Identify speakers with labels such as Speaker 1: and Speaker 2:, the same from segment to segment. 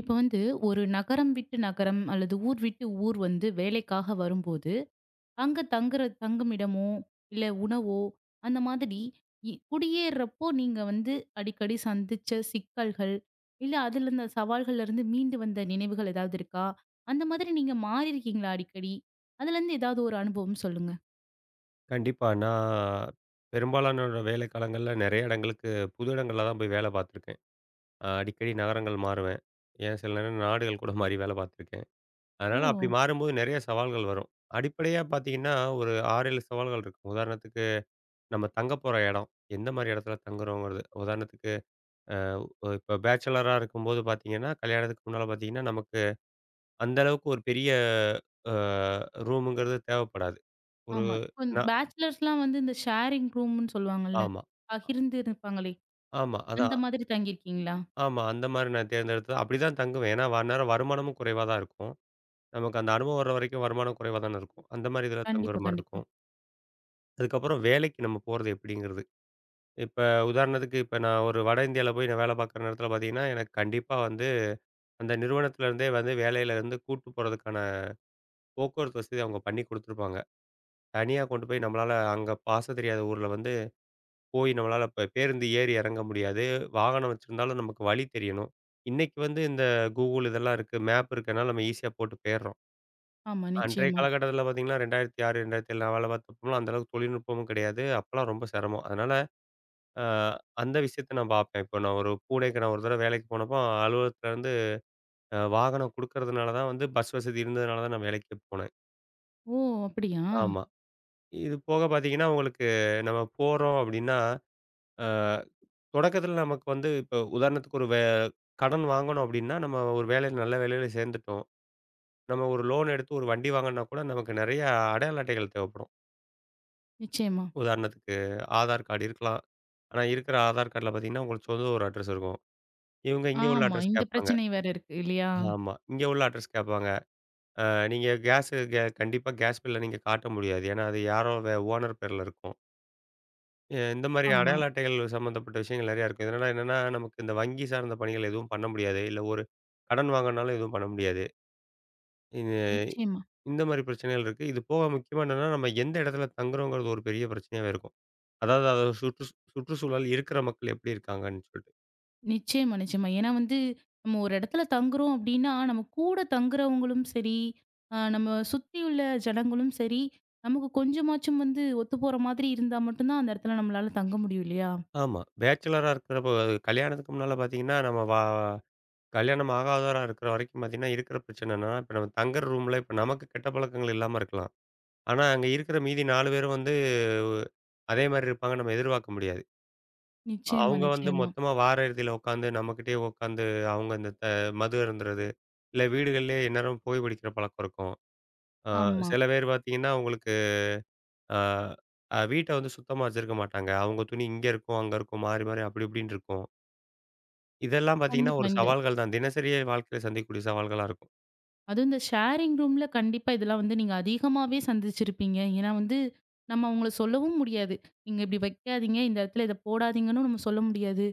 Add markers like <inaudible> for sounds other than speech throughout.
Speaker 1: இப்போ வந்து ஒரு நகரம் விட்டு நகரம் அல்லது ஊர் விட்டு ஊர் வந்து வேலைக்காக வரும்போது, அங்க தங்குற தங்குமிடமோ, இல்ல உணவோ அந்த மாதிரி குடியேறுறப்போ நீங்க வந்து அடிக்கடி சந்திச்ச சிக்கல்கள், இல்ல அதுல இருந்த சவால்கள்ல இருந்து மீண்டு வந்த நினைவுகள் ஏதாவது இருக்கா? அந்த மாதிரி நீங்க மாறியிருக்கீங்களா அடிக்கடி? அதுலருந்து ஏதாவது ஒரு அனுபவம் சொல்லுங்க.
Speaker 2: கண்டிப்பா. நான் பெரும்பாலானோட வேலை காலங்கள்ல நெறைய இடங்களுக்கு புது இடங்கள்ல தான் போய் வேலை பார்த்துருக்கேன். அடிக்கடி நகரங்கள் மாறுவேன். ஏன் சில நேரம் நாடுகள் கூட மாறி வேலை பார்த்துருக்கேன்.
Speaker 1: ஓ!
Speaker 2: அதனால அப்படி மாறும்போது நெறைய சவால்கள் வரும். அடிப்படையா பார்த்தீங்கன்னா, ஒரு 6, 7 சவால்கள் இருக்கும். உதாரணத்துக்கு நம்ம தங்க போற இடம். எந்த மாரி இடத்துல தங்குறோங்கிறது. உதாரணத்துக்கு அ இப்ப பேச்சலரா இருக்கும்போது பார்த்தீங்கன்னா, கல்யாணத்துக்கு முன்னால பார்த்தீங்கன்னா, நமக்கு அந்த அளவுக்கு ஒரு பெரிய அ ரூமுங்கிறது தேவைப்படாது. ஒரு
Speaker 1: ஆமா. இப்ப
Speaker 2: நா
Speaker 1: பேச்சுலர்ஸ்லாம் வந்து இந்த ஷேரிங் ரூம்ன்னு சொல்லுவாங்கல்ல,
Speaker 2: ஆமா,
Speaker 1: பகிர்ந்து இருப்பாங்களே,
Speaker 2: ஆமா.
Speaker 1: அந்த
Speaker 2: அதான்.
Speaker 1: மாதிரி தங்கியிருக்கீங்களா?
Speaker 2: ஆமா. அந்த மாரி நான் தேர்ந்தெடுத்தது. அப்படிதான் தங்குவேன். ஏன்னா, அந்நேரம் வருமானமும் குறைவா தான் இருக்கும். நமக்கு அந்த அனுபவம் வர்ற வரைக்கும் வருமானம் குறைவா தானே இருக்கும். அந்த மாரி இதில தங்குற
Speaker 1: கண்டிப்பா,
Speaker 2: மாரி
Speaker 1: கண்டிப்பா.
Speaker 2: இருக்கும். அதுக்கப்புறம் வேலைக்கு நம்ம போறது எப்படிங்கிறது. இப்ப உதாரணத்துக்கு இப்ப நான் ஒரு வட இந்தியால போய் நான் வேலை பார்க்குற நேரத்தில பார்த்தீங்கன்னா, எனக்கு கண்டிப்பா வந்து அந்த நிறுவனத்திலேருந்தே வந்து வேலையிலேருந்து கூட்டு போறதுக்கான போக்குவரத்து வசதி அவங்க பண்ணி குடுத்துருப்பாங்க. தனியா கொண்டு போய் நம்மளால அங்க பாச தெரியாத ஊர்ல வந்து போய் நம்மளால இப்ப பேருந்து ஏறி இறங்க முடியாது. வாகனம் வச்சிருந்தாலும் நமக்கு வழி தெரியணும். இன்னைக்கு வந்து இந்த Google இதெல்லாம் இருக்கு. மேப் இருக்கனால நம்ம ஈஸியா போட்டு போயிடுறோம்.
Speaker 1: ஆமா,
Speaker 2: அன்றைய
Speaker 1: நிச்சயமா.
Speaker 2: காலகட்டத்தில பார்த்தீங்கன்னா 2006, 2007 நான் வேலை பார்த்தப்போலாம் அந்த அளவுக்கு தொழில்நுட்பமும் கிடையாது. அப்பலாம் ரொம்ப சிரமம். அதனால அ அந்த விஷயத்த நான் பார்ப்பேன். இப்போ நான் ஒரு தடவ வேலைக்கு போனப்போ அலுவலகத்துலருந்து வாகனம் குடுக்கறதுனால தான் வந்து பஸ் வசதி இருந்ததுனால தான் நான் வேலைக்கே போனேன்.
Speaker 1: ஓ! அப்படியா?
Speaker 2: ஆமா. இது போக பார்த்தீங்கன்னா, உங்களுக்கு நம்ம போறோம் அப்படின்னா, அ தொடக்கத்துல நமக்கு வந்து இப்போ உதாரணத்துக்கு ஒரு வே கடன் வாங்கணும் அப்படின்னா, நம்ம ஒரு வேலையில நல்ல வேலையில சேர்ந்துட்டோம். நம்ம ஒரு லோன் எடுத்து ஒரு வண்டி வாங்கணும்னா கூட நமக்கு நெறைய அடையாள அட்டைகள் தேவைப்படும்.
Speaker 1: நிச்சயமா.
Speaker 2: உதாரணத்துக்கு ஆதார் கார்டு இருக்கலாம். ஆனா இருக்கிற ஆதார் கார்டுல பார்த்தீங்கன்னா, உங்களுக்கு சொந்த ஊர் அட்ரஸ் இருக்கும். இவங்க இங்க உள்ள
Speaker 1: ஆமா.
Speaker 2: அட்ரஸ்
Speaker 1: இந்த
Speaker 2: கேட்பாங்க.
Speaker 1: பிரச்சனை வேற இருக்கு இல்லையா?
Speaker 2: ஆமா. இங்க உள்ள அட்ரஸ் கேட்பாங்க. அ நீங்க கேஸு கே கண்டிப்பா கேஸ் பில்ல நீங்க காட்ட முடியாது. ஏன்னா, அது யாரோ ஓனர் பேர்ல இருக்கும். இந்த மாரி
Speaker 1: ஆமா.
Speaker 2: அடையாள அட்டைகள் சம்மந்தப்பட்ட விஷயங்கள் நெறையா இருக்கும். இதனால என்னன்னா, நமக்கு இந்த வங்கி சார்ந்த பணிகள் எதுவும் பண்ண முடியாது. இல்ல ஒரு கடன் வாங்கனாலும் எதுவும் பண்ண முடியாது. இது
Speaker 1: நிச்சயமா,
Speaker 2: இந்த மாரி பிரச்சனைகள் இருக்கு. இது போக முக்கியமா என்னன்னா, நம்ம எந்த இடத்துல தங்குறோங்கிறது ஒரு பெரிய பிரச்சனையாவே இருக்கும். அதாவது அது சுற்று சுற்றுச்சூழல் இருக்கிற மக்கள் எப்படி இருக்காங்கன்னு சொல்லிட்டு.
Speaker 1: நிச்சயமா, நிச்சயமா. ஏன்னா வந்து நம்ம ஒரு இடத்துல தங்குறோம் அப்படின்னா, நம்ம கூட தங்குறவங்களும் சரி, நம்ம சுத்தியுள்ள ஜனங்களும் சரி, நமக்கு கொஞ்சமாச்சும் வந்து ஒத்து போற மாதிரி இருந்தா மட்டும் தான் அந்த இடத்துல நம்மளால தங்க முடியும் இல்லையா?
Speaker 2: ஆமா. பேச்சுலரா இருக்கிறப்போ கல்யாணத்துக்கு முன்னால பார்த்தீங்கன்னா, நம்ம வா கல்யாணம் ஆகாதவரா இருக்கிற வரைக்கும் பார்த்தீங்கன்னா, இருக்கிற பிரச்சனைன்னா, இப்ப நம்ம தங்குற ரூம்ல இப்ப நமக்கு கெட்ட பழக்கங்கள் இல்லாம இருக்கலாம். ஆனா, அங்க இருக்கிற மீதி 4 பேரும் வந்து அதே மாரி இருப்பாங்க நம்ம எதிர்பார்க்க முடியாது.
Speaker 1: நிச்சயமா,
Speaker 2: அவங்க வந்து
Speaker 1: நிச்சயமா.
Speaker 2: மொத்தமா வார இறுதியில உட்காந்து நம்மகிட்டயே உட்காந்து அவங்க இந்த த மது அருந்துறது, இல்ல வீடுகள்லயே எந்நேரமும் புகை பிடிக்கிற பழக்கம் இருக்கும். அ
Speaker 1: ஆமா.
Speaker 2: சில பேர் பார்த்தீங்கன்னா, உங்களுக்கு அ அ வீட்ட வந்து சுத்தமா வச்சிருக்க மாட்டாங்க. அவங்க துணி இங்க இருக்கும், அங்க இருக்கும் மாறி, மாறி அப்படி இப்படின்னு இருக்கும். இதெல்லாம் பார்த்தீங்கன்னா,
Speaker 1: கண்டிப்பா.
Speaker 2: ஒரு
Speaker 1: இந்த
Speaker 2: சவால்கள் தான். தினசரி வாழ்க்கையில சந்திக்கக்கூடிய சவால்களா இருக்கும்.
Speaker 1: அதுவும் இந்த ஷேரிங் ரூம்ல கண்டிப்பா இதெல்லாம் வந்து நீங்க அதிகமாவே சந்திச்சிருப்பீங்க. ஏன்னா வந்து நம்ம அவங்கள சொல்லவும் முடியாது. நீங்க இப்படி வைக்காதீங்க, இந்த இடத்துல இத போடாதீங்கன்னு நம்ம சொல்ல முடியாது.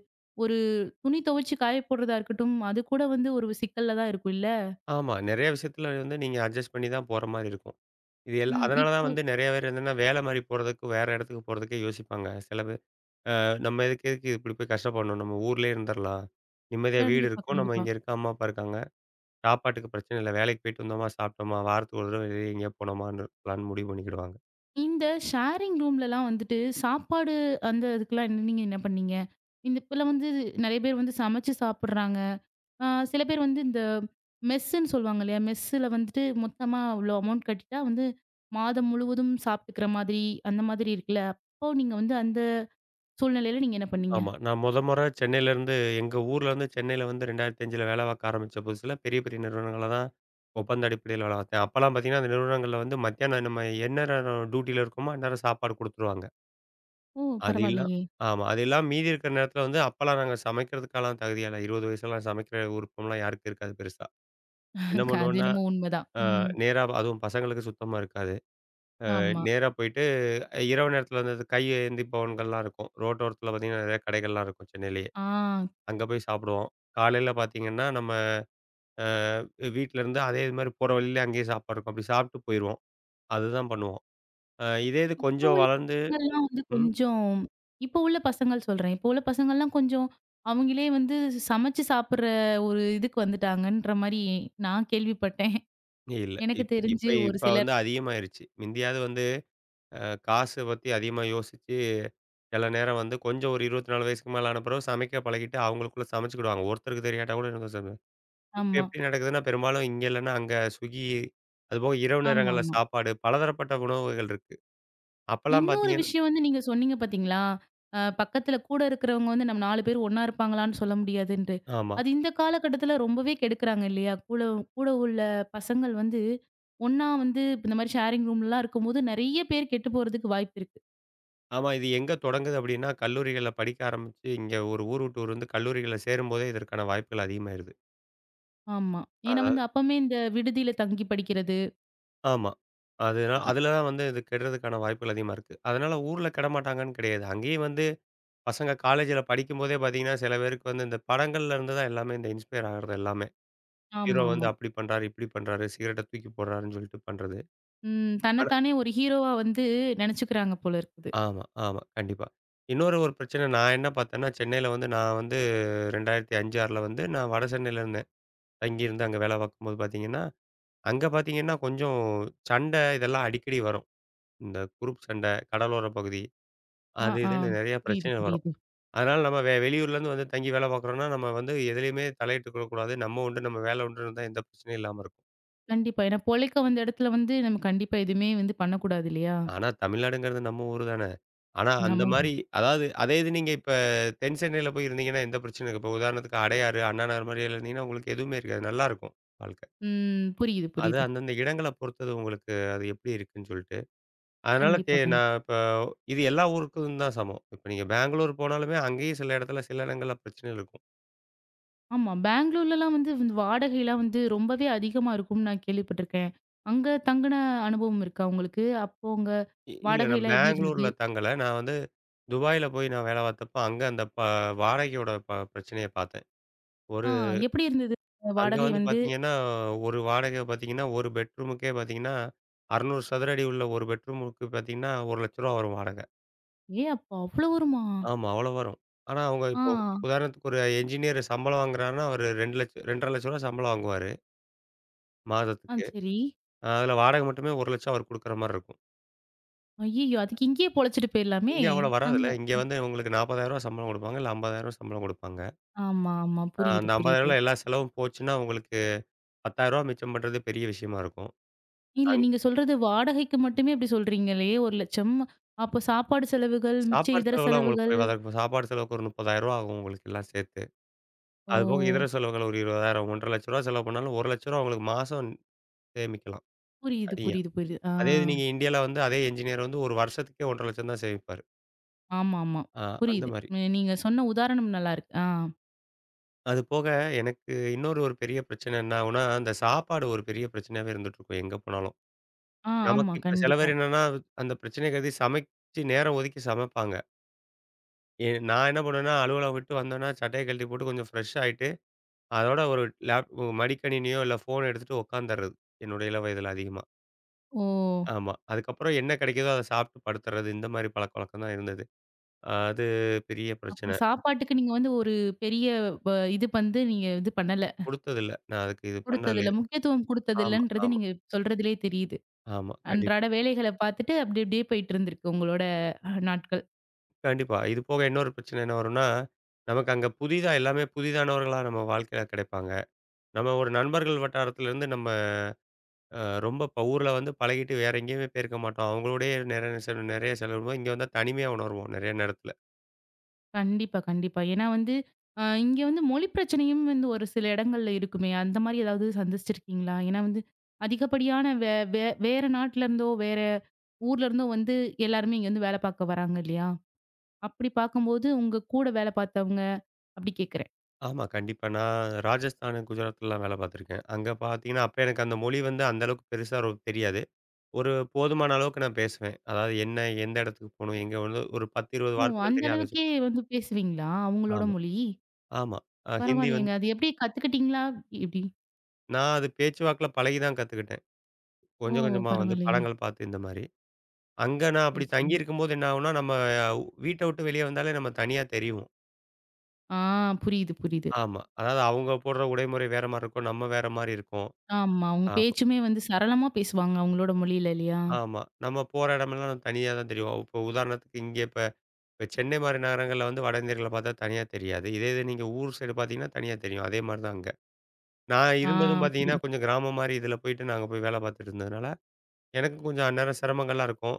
Speaker 1: ஒரு துணி துவைச்சு காய போடுறதா இருக்கட்டும், அது கூட வந்து ஒரு சிக்கல்ல தான் இருக்கும் இல்ல?
Speaker 2: ஆமா. நெறைய விஷயத்துல வந்து நீங்க அட்ஜஸ்ட் பண்ணி தான் போற மாரி இருக்கும். இது எல்
Speaker 1: ம்.
Speaker 2: அதனால தான்
Speaker 1: இப்போ
Speaker 2: வந்து நெறைய பேர் என்னன்னா, வேல மாரி போறதுக்கு, வேற இடத்துக்கு போறதுக்கே யோசிப்பாங்க. சில பேர் நம்ம எதுக்கு எதுக்கு இப்படி போய் கஷ்டப்படணும். நம்ம ஊர்லயே இருந்துரலாம். நிம்மதியா வீடு
Speaker 1: கண்டிப்பா,
Speaker 2: இருக்கும். நம்ம
Speaker 1: கண்டிப்பா.
Speaker 2: இங்க இருக்க அம்மா, அப்பா இருக்காங்க. சாப்பாட்டுக்கு பிரச்சனை இல்ல. வேலைக்கு போயிட்டு வந்தோமா, சாப்பிட்டோமா, வாரத்துக்கு ஒரு தடவ வெளிய எங்கேயா போனோமான்னு இருக்கலாம்னு முடிவு பண்ணிக்கிடுவாங்க.
Speaker 1: இந்த ஷேரிங் ரூம்லலாம் வந்துட்டு சாப்பாடு அந்த இதுக்கெல்லாம் நீங்க என்ன பண்ணீங்க? இந்த இப்பலாம் வந்து நெறைய பேர் வந்து சமைச்சு சாப்பிடுறாங்க. ஆ சில பேர் வந்து இந்த மெஸ்ஸுன்னு சொல்லுவாங்க இல்லையா? மெஸ்ஸுல வந்துட்டு மொத்தமா இவ்வளோ அமௌண்ட் கட்டிட்டா வந்து மாதம் முழுவதும் சாப்பிட்டுக்கிற மாதிரி, அந்த மாதிரி இருக்குல்ல. அப்போ நீங்க வந்து அந்த சூழ்நிலையில நீங்க என்ன பண்ணீங்க?
Speaker 2: ஆமா. நான் மொத மொற சென்னையிலேருந்து எங்க ஊர்லேருந்து சென்னையில வந்து 2005ல வேலை பார்க்க ஆரம்பிச்ச புதுசுல, பெரிய பெரிய நிறுவனங்கள தான் ஒப்பந்த அடிப்படையில வேலை பார்த்தேன். அப்பலாம் பார்த்தீங்கன்னா, அந்த நிறுவனங்கள்ல வந்து மத்தியானம் நம்ம என்ன நேரம் டியூட்டில இருக்கோமோ, அந்நேரம் சாப்பாடு குடுத்துருவாங்க.
Speaker 1: ஓ!
Speaker 2: அது இல்லா
Speaker 1: பரவாயில்லையே!
Speaker 2: ஆமா. அது இல்லாம மீதி இருக்கிற நேரத்தில வந்து அப்பலாம் நாங்க சமைக்கிறதுக்கெல்லாம் தகுதியால 20 வயசுலலாம் சமைக்கிற விருப்பம்லாம் யாருக்கும் இருக்காது பெருசா. என்ன
Speaker 1: <laughs> அது
Speaker 2: பண்ணுவோன்னா,
Speaker 1: என்னமோ உண்மதான். ம்.
Speaker 2: நேரா அதுவும் பசங்களுக்கு சுத்தமா இருக்காது.
Speaker 1: ஆமா.
Speaker 2: நேரா போயிட்டு இரவு நேரத்தில அந்த கை ஏந்தி பவன்கள்லாம் இருக்கும். ரோட்டோரத்தில பார்த்தீங்கன்னா, நெறைய கடைகள்லாம் இருக்கும் சென்னையிலேயே.
Speaker 1: ஆ
Speaker 2: அங்க போய் சாப்பிடுவோம். காலையில பார்த்தீங்கன்னா, நம்ம அ வீட்லருந்து அதே இது மாரி போற வழியிலே அங்கேயே சாப்பாடு இருக்கும். அப்படி சாப்பிட்டு போயிருவோம். அதுதான் பண்ணுவோம். இதே இது
Speaker 1: இப்போ
Speaker 2: கொஞ்சம்
Speaker 1: உள்ள
Speaker 2: வளர்ந்து
Speaker 1: பசங்கள்லாம் வந்து
Speaker 2: ம்.
Speaker 1: கொஞ்சம் இப்போ உள்ள பசங்கள் சொல்றேன். இப்போ உள்ள பசங்கள்லாம் கொஞ்சம் அவங்களே வந்து சமைச்சு சாப்பிடுற ஒரு இதுக்கு வந்துட்டாங்கன்ற மாரி நான் கேள்விப்பட்டேன்.
Speaker 2: இல்ல.
Speaker 1: எனக்கு
Speaker 2: இப் இப்ப
Speaker 1: தெரிஞ்சு ஒரு
Speaker 2: இப்ப வந்து
Speaker 1: சிலர்.
Speaker 2: அதிகமாயிருச்சு. மிந்தியாவது வந்து காசு பத்தி அதிகமா யோசிச்சு, சில நேரம் வந்து கொஞ்சம் ஒரு 24 வயசுக்கு மேல ஆன பிறகு சமைக்க பழகிட்டு, அவங்களுக்குள்ள சமைச்சுக்கிடுவாங்க. ஒருத்தருக்கு தெரியாட்டா கூட எனக்கு இப்ப
Speaker 1: ஆமா.
Speaker 2: எப்படி நடக்குதுன்னா, பெரும்பாலும் இங்க இல்லன்னா அங்க Swiggy, அதுபோக இரவு நேரங்கள்ல
Speaker 1: ஆமாமா.
Speaker 2: சாப்பாடு, பலதரப்பட்ட உணவுகள் இருக்கு. அப்பலாம்
Speaker 1: இன்னொரு
Speaker 2: பார்த்தீங்கன்னா
Speaker 1: விஷயம் வந்து நீங்க சொன்னீங்க பாத்தீங்களா? பக்கத்துல கூட இருக்கிறவங்க வந்து நம்ம 4 பேர் ஒண்ணா இருப்பாங்களான்னு சொல்ல முடியாதுன்ட்டு.
Speaker 2: ஆமா.
Speaker 1: அது இந்த காலகட்டத்துல ரொம்பவே கெடுக்குறாங்க இல்லையா? கூட கூட உள்ள பசங்கள் வந்து ஒண்ணா வந்து இப்ப இந்த மாரி ஷேரிங் ரூம்லலாம் இருக்கும்போது நெறைய பேர் கெட்டு போறதுக்கு வாய்ப்பு இருக்கு.
Speaker 2: ஆமா. இது எங்க தொடங்குது அப்படின்னா, கல்லூரிகள்ல படிக்க ஆரம்பிச்சு, இங்க ஒரு ஊர் விட்டு ஊர் வந்து கல்லூரிகள்ல சேரும்போதே இதற்கான வாய்ப்புகள் அதிகமாயிருது.
Speaker 1: ஆமா. ஏன்னா வந்து
Speaker 2: அதாவது
Speaker 1: அப்பமே இந்த விடுதியில தங்கி படிக்கிறது.
Speaker 2: ஆமா. அதுனா
Speaker 1: அ
Speaker 2: அதுல தான் வந்து இது கெடுறதுக்கான வாய்ப்புகள் அதிகமா இருக்கு. அதனால ஊர்ல கெடமாட்டாங்கன்னு கிடையாது. அங்கேயும் வந்து பசங்க காலேஜ்ல படிக்கும்போதே பார்த்தீங்கன்னா, சில பேருக்கு வந்து இந்த படங்கள்ல இருந்து தான் எல்லாமே இந்த இன்ஸ்பயர் ஆகுறது எல்லாமே. ஹீரோ வந்து
Speaker 1: ஆமாமா.
Speaker 2: அப்படி பண்றாரு, இப்படி பண்றாரு, சிகரெட்ட தூக்கி போடுறாருன்னு சொல்லிட்டு பண்றது.
Speaker 1: ம். தன்னத்தானே ஒரு ஹீரோவா வந்து நெனச்சுக்கிறாங்க போல இருக்குது.
Speaker 2: ஆமா, ஆமா. கண்டிப்பா. இன்னொரு பிரச்சனை நான் என்ன பார்த்தேன்னா, சென்னையில வந்து நான் வந்து 2005, 6ல வந்து நான் வட சென்னையில இருந்தேன். தங்கியிருந்து அங்க வேலை பார்க்கும்போது பார்த்தீங்கன்னா, அங்க பார்த்தீங்கன்னா கொஞ்சம் சண்டை இதெல்லாம் அடிக்கடி வரும். இந்த குரூப் சண்டை, கடலோர பகுதி,
Speaker 1: ஆ,
Speaker 2: அது
Speaker 1: ஆ.
Speaker 2: இதுன்னு நெறைய
Speaker 1: புரியுது,
Speaker 2: பிரச்சனை வரும்.
Speaker 1: புரியுது.
Speaker 2: அதனால நம்ம வெளியூர்லேருந்து வந்து தங்கி வேலை பார்க்குறோம்னா, நம்ம வந்து எதுலயுமே தலையிட்டு கொள்ளக்கூடாது. நம்ம உண்டு, நம்ம வேலை உண்டுன்னு இருந்தா எந்த பிரச்சனையும் இல்லாம இருக்கும்.
Speaker 1: கண்டிப்பா. ஏன்னா பொழைக்க வந்த இடத்துல வந்து நம்ம கண்டிப்பா எதுவுமே வந்து பண்ணக்கூடாது இல்லையா?
Speaker 2: ஆனா, தமிழ்நாடுங்கிறது நம்ம ஊரு தானே! ஆனா, அந்த
Speaker 1: நம்ம
Speaker 2: மாரி அதாவது அதே இது நீங்க இப்ப தென் சென்னையில போய் இருந்தீங்கன்னா, எந்த பிரச்சனையும் இருக்காது. இப்ப உதாரணத்துக்கு அடையாறு, அண்ணா நகர் மாரி இருந்தீங்கன்னா, உங்களுக்கு எதுவுமே இருக்காது. நல்லாருக்கும் வாழ்க்கை.
Speaker 1: ம். புரியுது,
Speaker 2: அது
Speaker 1: புரியுது.
Speaker 2: அந்தந்த இடங்கள பொறுத்தது உங்களுக்கு அது எப்படி இருக்குன்னு சொல்லிட்டு. அதனால தே
Speaker 1: கண்டிப்பா, கண்டிப்பா.
Speaker 2: நான் இப்ப இது எல்லா ஊருக்கும் தான் சமம். இப்ப நீங்க பெங்களூர் போனாலுமே, அங்கேயும் சில இடங்கள்ல பிரச்சனைகள் இருக்கும்.
Speaker 1: ஆமா. பெங்களூர்லலாம் வந்து வந்து வாடகைலாம் வந்து ரொம்பவே அதிகமா இருக்கும்னு நான் கேள்விப்பட்டிருக்கேன். அங்க தங்குன அனுபவம் இருக்கா உங்களுக்கு? அப்போ உங்க
Speaker 2: இல்ல நான்
Speaker 1: வாடகைலாம் எப்படி இருந்தது?
Speaker 2: பெங்களூர்ல தங்கல. நான் வந்து துபாயில போய் நான் வேலை பார்த்தப்போ, அங்க அந்த வாடகையோட பிரச்சனைய பார்த்தேன்.
Speaker 1: ஆ
Speaker 2: ஒரு
Speaker 1: எப்படி இருந்தது? அந்த
Speaker 2: அங்க
Speaker 1: வாடகை
Speaker 2: வந்து
Speaker 1: வந்து
Speaker 2: பார்த்தீங்கன்னா, ஒரு வாடகை பார்த்தீங்கன்னா, ஒரு பெட்ரூமுக்கே பார்த்தீங்கன்னா, 600 சதுர அடி உள்ள ஒரு பெட்ரூமுக்கு பார்த்தீங்கன்னா, ரூ. 1,00,000 வரும் வாடகை.
Speaker 1: ஏ அப்போ அவ்ளோ வருமா?
Speaker 2: ஆமா, அவ்வளோ வரும். ஆனா, அவங்க
Speaker 1: ஆ,
Speaker 2: இப்போ உதாரணத்துக்கு ஒரு என்ஜினியர் சம்பளம் வாங்குறாருன்னா, அவரு 2,00,000 2,50,000 சம்பளம் வாங்குவாரு
Speaker 1: ஆ
Speaker 2: மாதத்துக்கு.
Speaker 1: சரி.
Speaker 2: அதுல வாடகை மட்டுமே 1,00,000 அவர் குடுக்குற மாரி இருக்கும்.
Speaker 1: ஐய்யயோ! அதுக்கு இங்கேயே பொழச்சுட்டு போயிரலாமே!
Speaker 2: இங்க அவ்வளோ
Speaker 1: அங்க
Speaker 2: வராதுல்ல. இங்க வந்து உங்களுக்கு ரூ. 40,000 சம்பளம் குடுப்பாங்க, இல்ல ரூ. 50,000 சம்பளம் குடுப்பாங்க.
Speaker 1: ஆமா, ஆமா. புரியுது,
Speaker 2: அந்த ரூ.
Speaker 1: புரியுது.
Speaker 2: 50,000ல எல்லா செலவும் போச்சுன்னா, உங்களுக்கு ரூ. 10,000 மிச்சம் பண்றது பெரிய விஷயமா இருக்கும்.
Speaker 1: இல்ல நீங்க சொல்றது வாடகைக்கு மட்டுமே இப்படி சொல்றீங்களே 1,00,000 அப்போ சாப்பாடு செலவுகள், மிச்ச
Speaker 2: சாப்பாடு
Speaker 1: இதர
Speaker 2: செலவுலாம் உங்களுக்கு
Speaker 1: செலவுகள்.
Speaker 2: குறைவா தான் இருக்கும். சாப்பாடு செலவுக்கு ஒரு ரூ. 30,000 ஆகும் உங்களுக்கு எல்லாம் சேர்த்து.
Speaker 1: ஓ!
Speaker 2: அதுபோக இதர செலவுகள் ஒரு 20,000 ரூ. 1,50,000 செலவு பண்ணாலும் ரூ. 1,00,000 உங்களுக்கு மாசம் சேமிக்கலாம்
Speaker 1: புரியுது,
Speaker 2: தனியா.
Speaker 1: புரியுது, புரியுது. ஆ,
Speaker 2: அதே இது நீங்க இந்தியால வந்து அதே என்ஜினியர் வந்து ஒரு வருஷத்துக்கே 1,50,000 தான் சேமிப்பாரு.
Speaker 1: ஆமாமா.
Speaker 2: ஆ அந்த
Speaker 1: புரியுது.
Speaker 2: மாரி.
Speaker 1: ம், நீங்க சொன்ன உதாரணம் நல்லா இருக்கு. ஆ,
Speaker 2: அது போக எனக்கு இன்னொரு பெரிய பிரச்சனை என்ன ஆகும்னா, அந்த சாப்பாடு ஒரு பெரிய பிரச்சனையாவே இருந்துட்டு இருக்கும் எங்க போனாலும்.
Speaker 1: ஆ,
Speaker 2: நமக்கு
Speaker 1: ஆமா.
Speaker 2: இப்ப சில
Speaker 1: கண்டிப்பா.
Speaker 2: பேர் என்னன்னா, அந்த பிரச்சனைய கருதி சமைச்சு நேரம் ஒதுக்கி சமைப்பாங்க. நான் என்ன பண்ணுவேன்னா, அலுவலகம் விட்டு வந்தோன்னா, சட்டைய கழட்டி போட்டு கொஞ்சம் ஃப்ரெஷ் ஆயிட்டு அதோட ஒரு லேப் மடிக்கணினியோ, இல்ல ஃபோன் எடுத்துட்டு உட்காந்துர்றது. என்னோட இள வயதில அதிகமா.
Speaker 1: ஓ!
Speaker 2: ஆமா. அதுக்கப்புறம் என்ன கிடைக்குதோ அத சாப்பிட்டு படுத்துறது. இந்த மாரி பழக்கவழக்கம் தான் இருந்தது. அது பெரிய
Speaker 1: அப்ப
Speaker 2: பிரச்சனை.
Speaker 1: சாப்பாட்டுக்கு நீங்க வந்து ஒரு பெரிய வ இது வந்து நீங்க இது பண்ணல.
Speaker 2: குடுத்ததில்ல. நான் அதுக்கு இது பண்ணல.
Speaker 1: குடுத்ததில்ல. முக்கியத்துவம்
Speaker 2: ஆமா,
Speaker 1: குடுத்ததில்லன்றது
Speaker 2: ஆமா,
Speaker 1: நீங்க சொல்றதிலயே தெரியுது.
Speaker 2: ஆமா. கண்டிப்பா,
Speaker 1: அன்றாட வேலைகள பார்த்துட்டு அப்டி அப்டியே போயிட்டு இருந்திருக்கு உங்களோட நாட்கள்.
Speaker 2: கண்டிப்பா. இது போக இன்னொரு பிரச்சனை என்ன வரும்னா, நமக்கு அங்க புதிதா எல்லாமே புதிதானவர்களா நம்ம வாழ்க்கையில கிடைப்பாங்க. நம்ம ஒரு நண்பர்கள் வட்டாரத்திலருந்து நம்ம ரொம்ப இப்ப ஊர்ல வந்து பழகிட்டு வேற எங்கேயுமே போயிருக்க மாட்டோம். அவங்களோடயே நிறைய செலவிடுவோம். இங்க வந்தா தனிமையா உணருவோம் நிறைய நேரத்தில.
Speaker 1: கண்டிப்பா, கண்டிப்பா. ஏன்னா வந்து, இங்க வந்து மொழி பிரச்சனையும் வந்து ஒரு சில இடங்கள்ல இருக்குமே! அந்த மாரி ஏதாவது சந்திச்சிருக்கீங்களா? ஏன்னா வந்து அதிகப்படியான வே வே வேற நாட்டுல இருந்தோ, வேற ஊர்ல இருந்தோ வந்து எல்லாருமே இங்க வந்து வேலை பார்க்க வராங்க இல்லையா? அப்படி பார்க்கும்போது உங்க கூட வேலை பார்த்தவங்க அப்படி கேட்கிறேன்.
Speaker 2: ஆமா. கண்டிப்பா. நான் ராஜஸ்தானு, குஜராத்லலாம் வேலை பார்த்துருக்கேன். அங்க பார்த்தீங்கன்னா, அப்ப எனக்கு அந்த மொழி வந்து அந்த அளவுக்கு பெருசா ஒரு தெரியாது. ஒரு போதுமான அளவுக்கு நான் பேசுவேன். அதாவது என்ன, எந்த இடத்துக்கு போணும், எங்க வந்து ஒரு 10, 20
Speaker 1: ஓ!
Speaker 2: வார்த்தைகள்
Speaker 1: அந்த
Speaker 2: தெரியும். அத வச்சு
Speaker 1: அளவுக்கே வந்து பேசுவீங்களா? அவங்களோட
Speaker 2: ஆமா,
Speaker 1: மொழி?
Speaker 2: ஆமா. ஹிந்தி
Speaker 1: பரவாயில்லையேங்க.
Speaker 2: வந்து
Speaker 1: அது எப்படி கத்துக்கிட்டீங்களா? எப்படி?
Speaker 2: நான் அது பேச்சுவாக்குல பழகி தான் கத்துக்கிட்டேன்.
Speaker 1: ஓ!
Speaker 2: கொஞ்சம் கொஞ்சமா வந்து
Speaker 1: பரவாயில்லைங்க.
Speaker 2: படங்கள் பார்த்து இந்த மாரி. அங்க நான்
Speaker 1: சரி,
Speaker 2: அப்படி
Speaker 1: சரி.
Speaker 2: தங்கியிருக்கும்போது என்ன ஆகும்னா, நம்ம வீட்ட விட்டு வெளிய வந்தாலே நம்ம தனியா தெரிவோம்.
Speaker 1: ஆ புரியுது, புரியுது.
Speaker 2: ஆமா. அதாவது அவங்க போடுற உடைமுறை வேற மாரி இருக்கும். நம்ம வேற மாரி இருக்கும்.
Speaker 1: ஆமா. அவங்க
Speaker 2: ஆ.
Speaker 1: பேச்சுமே வந்து சரளமா பேசுவாங்க அவங்களோட மொழியில இல்லையா?
Speaker 2: ஆமா. நம்ம போற இடமெல்லாம் தனியா தான் தெரியும். இப்போ உதாரணத்துக்கு இங்க இப்ப இப்ப சென்னை மாரி நகரங்கள்ல வந்து வட இந்தியர்கள பார்த்தா தனியா தெரியாது. இதே இது நீங்க ஊர் சைடு பார்த்தீங்கன்னா, தனியா தெரியும். அதே மாரி தான் அங்க. நான்
Speaker 1: ஆ
Speaker 2: இருந்ததும் பார்த்தீங்கன்னா,
Speaker 1: புரியுது.
Speaker 2: கொஞ்சம் கிராமம் மாரி இதில போயிட்டு நாங்க போய் வேலை பார்த்துட்டு இருந்ததுனால, எனக்கும் கொஞ்சம் அந்நேரம் சிரமங்கள்லாம் இருக்கும்.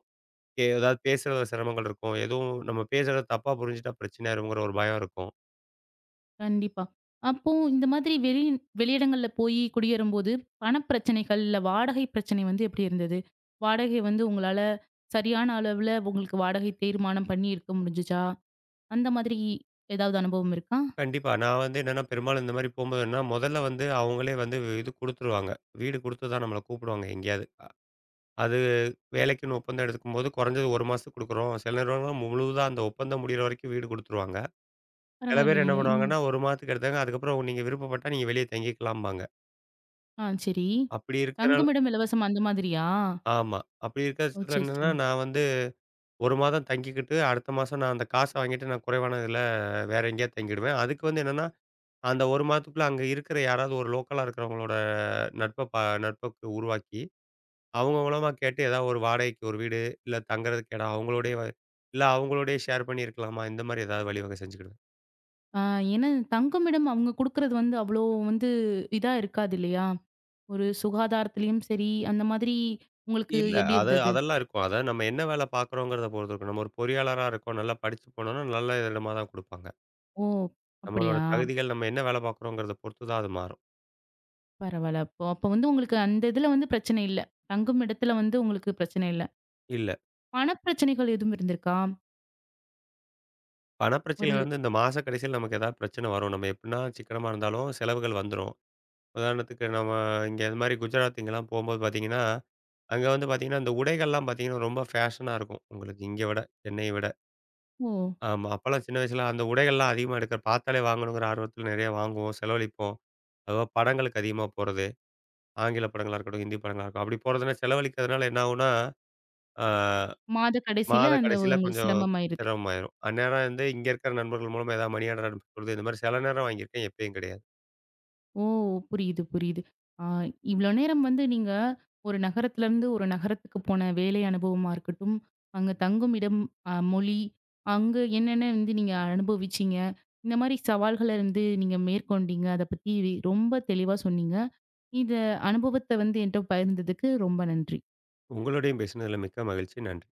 Speaker 2: ஏதாவது பேசுறதுல சிரமங்கள் இருக்கும். எதுவும் நம்ம பேசுறத தப்பா புரிஞ்சுட்டா பிரச்சனை ஆயிரும்ங்கிற ஒரு பயம் இருக்கும்.
Speaker 1: கண்டிப்பா. அப்போ இந்த மாதிரி வெளி வெளியிடங்கள்ல போய் குடியேறும்போது, பணப் பிரச்சனைகள், இல்ல வாடகை பிரச்சனை வந்து எப்படி இருந்தது? வாடகை வந்து உங்களால சரியான அளவுல உங்களுக்கு வாடகை தீர்மானம் பண்ணி இருக்க முடிஞ்சுச்சா? அந்த மாதிரி ஏதாவது அனுபவம் இருக்கா?
Speaker 2: கண்டிப்பா. நான் வந்து என்னன்னா, பெரும்பாலும் இந்த மாரி போம்போது என்னன்னா, முதல்ல வந்து அவங்களே வந்து இது குடுத்துருவாங்க. வீடு குடுத்து தான் நம்மள கூப்பிடுவாங்க எங்கேயாவது. அ அது வேலைக்குன்னு ஒப்பந்தம் எடுக்கும்போது குறைஞ்சது 1 மாசத்துக்கு குடுக்குறோம். சில நிறுவனங்கள் முழுதா அந்த ஒப்பந்தம் முடியிற வரைக்கும் வீடு குடுத்துருவாங்க. சில பேர் என்ன
Speaker 1: பரவாயில்லையே! ம்.
Speaker 2: பண்ணுவாங்கன்னா, 1 மாதத்துக்கு எடுத்தாங்க. அதுக்கப்புறம் நீங்க விருப்பப்பட்டா நீங்க வெளிய தங்கிக்கலாம்பாங்க.
Speaker 1: ஆ சரி.
Speaker 2: அப்படி இருக்கிறனால
Speaker 1: தங்குமிடம் இலவசம் அந்த மாதிரியா?
Speaker 2: ஆமா. அப்படி இருக்கிற
Speaker 1: ஓ!
Speaker 2: பட்சத்தில
Speaker 1: சரி,
Speaker 2: என்னன்னா,
Speaker 1: சரி.
Speaker 2: நான் வந்து 1 மாதம் தங்கிக்கிட்டு, அடுத்த மாசம் நான் அந்த காச வாங்கிட்டு நான் குறைவான இதில வேற எங்கேயாவது தங்கிடுவேன். அதுக்கு வந்து என்னன்னா, அந்த 1 மாதத்துக்குள்ள அங்க இருக்கிற யாராவது ஒரு லோக்கலா இருக்கிறவங்களோட நட்ப ப நட்புக்கு உருவாக்கி அவங்க மூலமா கேட்டு ஏதாவது ஒரு வாடகைக்கு ஒரு வீடு, இல்ல தங்குறதுக்கு இடம் அவங்களோடயே வ இல்ல அவங்களோடயே ஷேர் பண்ணியிருக்கலாமா? இந்த மாரி ஏதாவது வழிவகை செஞ்சுக்கிடுவேன்.
Speaker 1: ஆ ஏன்னா தங்குமிடம் அவங்க குடுக்குறது வந்து அவ்வளோ வந்து இதா இருக்காது இல்லையா? ஒரு சுகாதாரத்திலயும் சரி, அந்த மாதிரி உங்களுக்கு
Speaker 2: இல்ல
Speaker 1: எப்படி
Speaker 2: அத
Speaker 1: இருந்தது?
Speaker 2: அதெல்லாம் இருக்கும். அதாவது நம்ம என்ன வேலை பார்க்குறோங்கிறத பொறுத்து இருக்கும். நம்ம ஒரு பொறியாளரா இருக்கோம். நல்லா படிச்சு போனோம்னா, நல்ல இடமா தான் குடுப்பாங்க.
Speaker 1: ஓ!
Speaker 2: நம்மளோட
Speaker 1: அப்படியா?
Speaker 2: தகுதிகள் நம்ம என்ன வேலை பார்க்குறோங்கிறத பொறுத்து தான் அது மாறும்.
Speaker 1: பரவால்ல. அப்போ அப்போ வந்து உங்களுக்கு அந்த இதுல வந்து பிரச்சனை இல்ல. தங்கும் இடத்துல வந்து உங்களுக்கு பிரச்சனை இல்ல.
Speaker 2: இல்ல
Speaker 1: பணப் பிரச்சனைகள் எதுவும் இருந்திருக்கா?
Speaker 2: பண
Speaker 1: ஒரு
Speaker 2: பிரச்சனைகள் வந்து இந்த மாச கடைசியில நமக்கு ஏதாவது பிரச்சனை வரும். நம்ம எப்படின்னா சிக்கனமா இருந்தாலும் செலவுகள் வந்துரும். உதாரணத்துக்கு நம்ம இங்க இது மாரி குஜராத் இங்கலாம் போம்போது பார்த்தீங்கன்னா அங்க வந்து பார்த்தீங்கன்னா, அந்த உடைகள்லாம் பார்த்தீங்கன்னா, ரொம்ப ஃபேஷனா இருக்கும். உங்களுக்கு இங்க விட, சென்னைய விட.
Speaker 1: ஓ!
Speaker 2: ஆமா. அப்பலாம் சின்ன வயசுல அந்த உடைகள்லாம் அதிகமா எடுக்க பார்த்தாலே வாங்கணுங்கிற ஆர்வத்துல நெறைய வாங்குவோம், செலவழிப்போம். அதுவா படங்களுக்கு அதிகமா போறது. ஆங்கில படங்களா இருக்கட்டும், ஹிந்தி படங்களா இருக்கட்டும். அப்படி போறதுனா செலவழிக்கிறதுனால என்ன ஆகும்னா, ஆ
Speaker 1: மாத கடைசியில
Speaker 2: மாத
Speaker 1: அந்த
Speaker 2: கடைசியில
Speaker 1: உங்களுக்கு
Speaker 2: கொஞ்சம்
Speaker 1: சிரமமாயிருது.
Speaker 2: சிரமமாயிரும். அந்நேரம் வந்து இங்க இருக்கிற நண்பர்கள் மூலமா ஏதாவது மணி ஆர்டர் அனுப்புறது, இந்த மாரி சில நேரம் வாங்கியிருக்கேன், எப்பயும் கிடையாது.
Speaker 1: ஓ! புரியுது, புரியுது. ஆ இவ்ளோ நேரம் வந்து நீங்க ஒரு நகரத்துலருந்து ஒரு நகரத்துக்கு போன வேலை அனுபவமா இருக்கட்டும், அங்க தங்கும் இடம், மொழி, அங்க என்னென்ன வந்து நீங்க அனுபவிச்சீங்க? இந்த மாரி சவால்கள வந்து நீங்க மேற்கொண்டீங்க. அத பத்தி ரொம்ப தெளிவா சொன்னீங்க. இந்த அனுபவத்த வந்து என்ட்ட பகிர்ந்ததுக்கு ரொம்ப நன்றி.
Speaker 2: உங்களோடையும் பேசினதுல மிக்க மகிழ்ச்சி. நன்றி.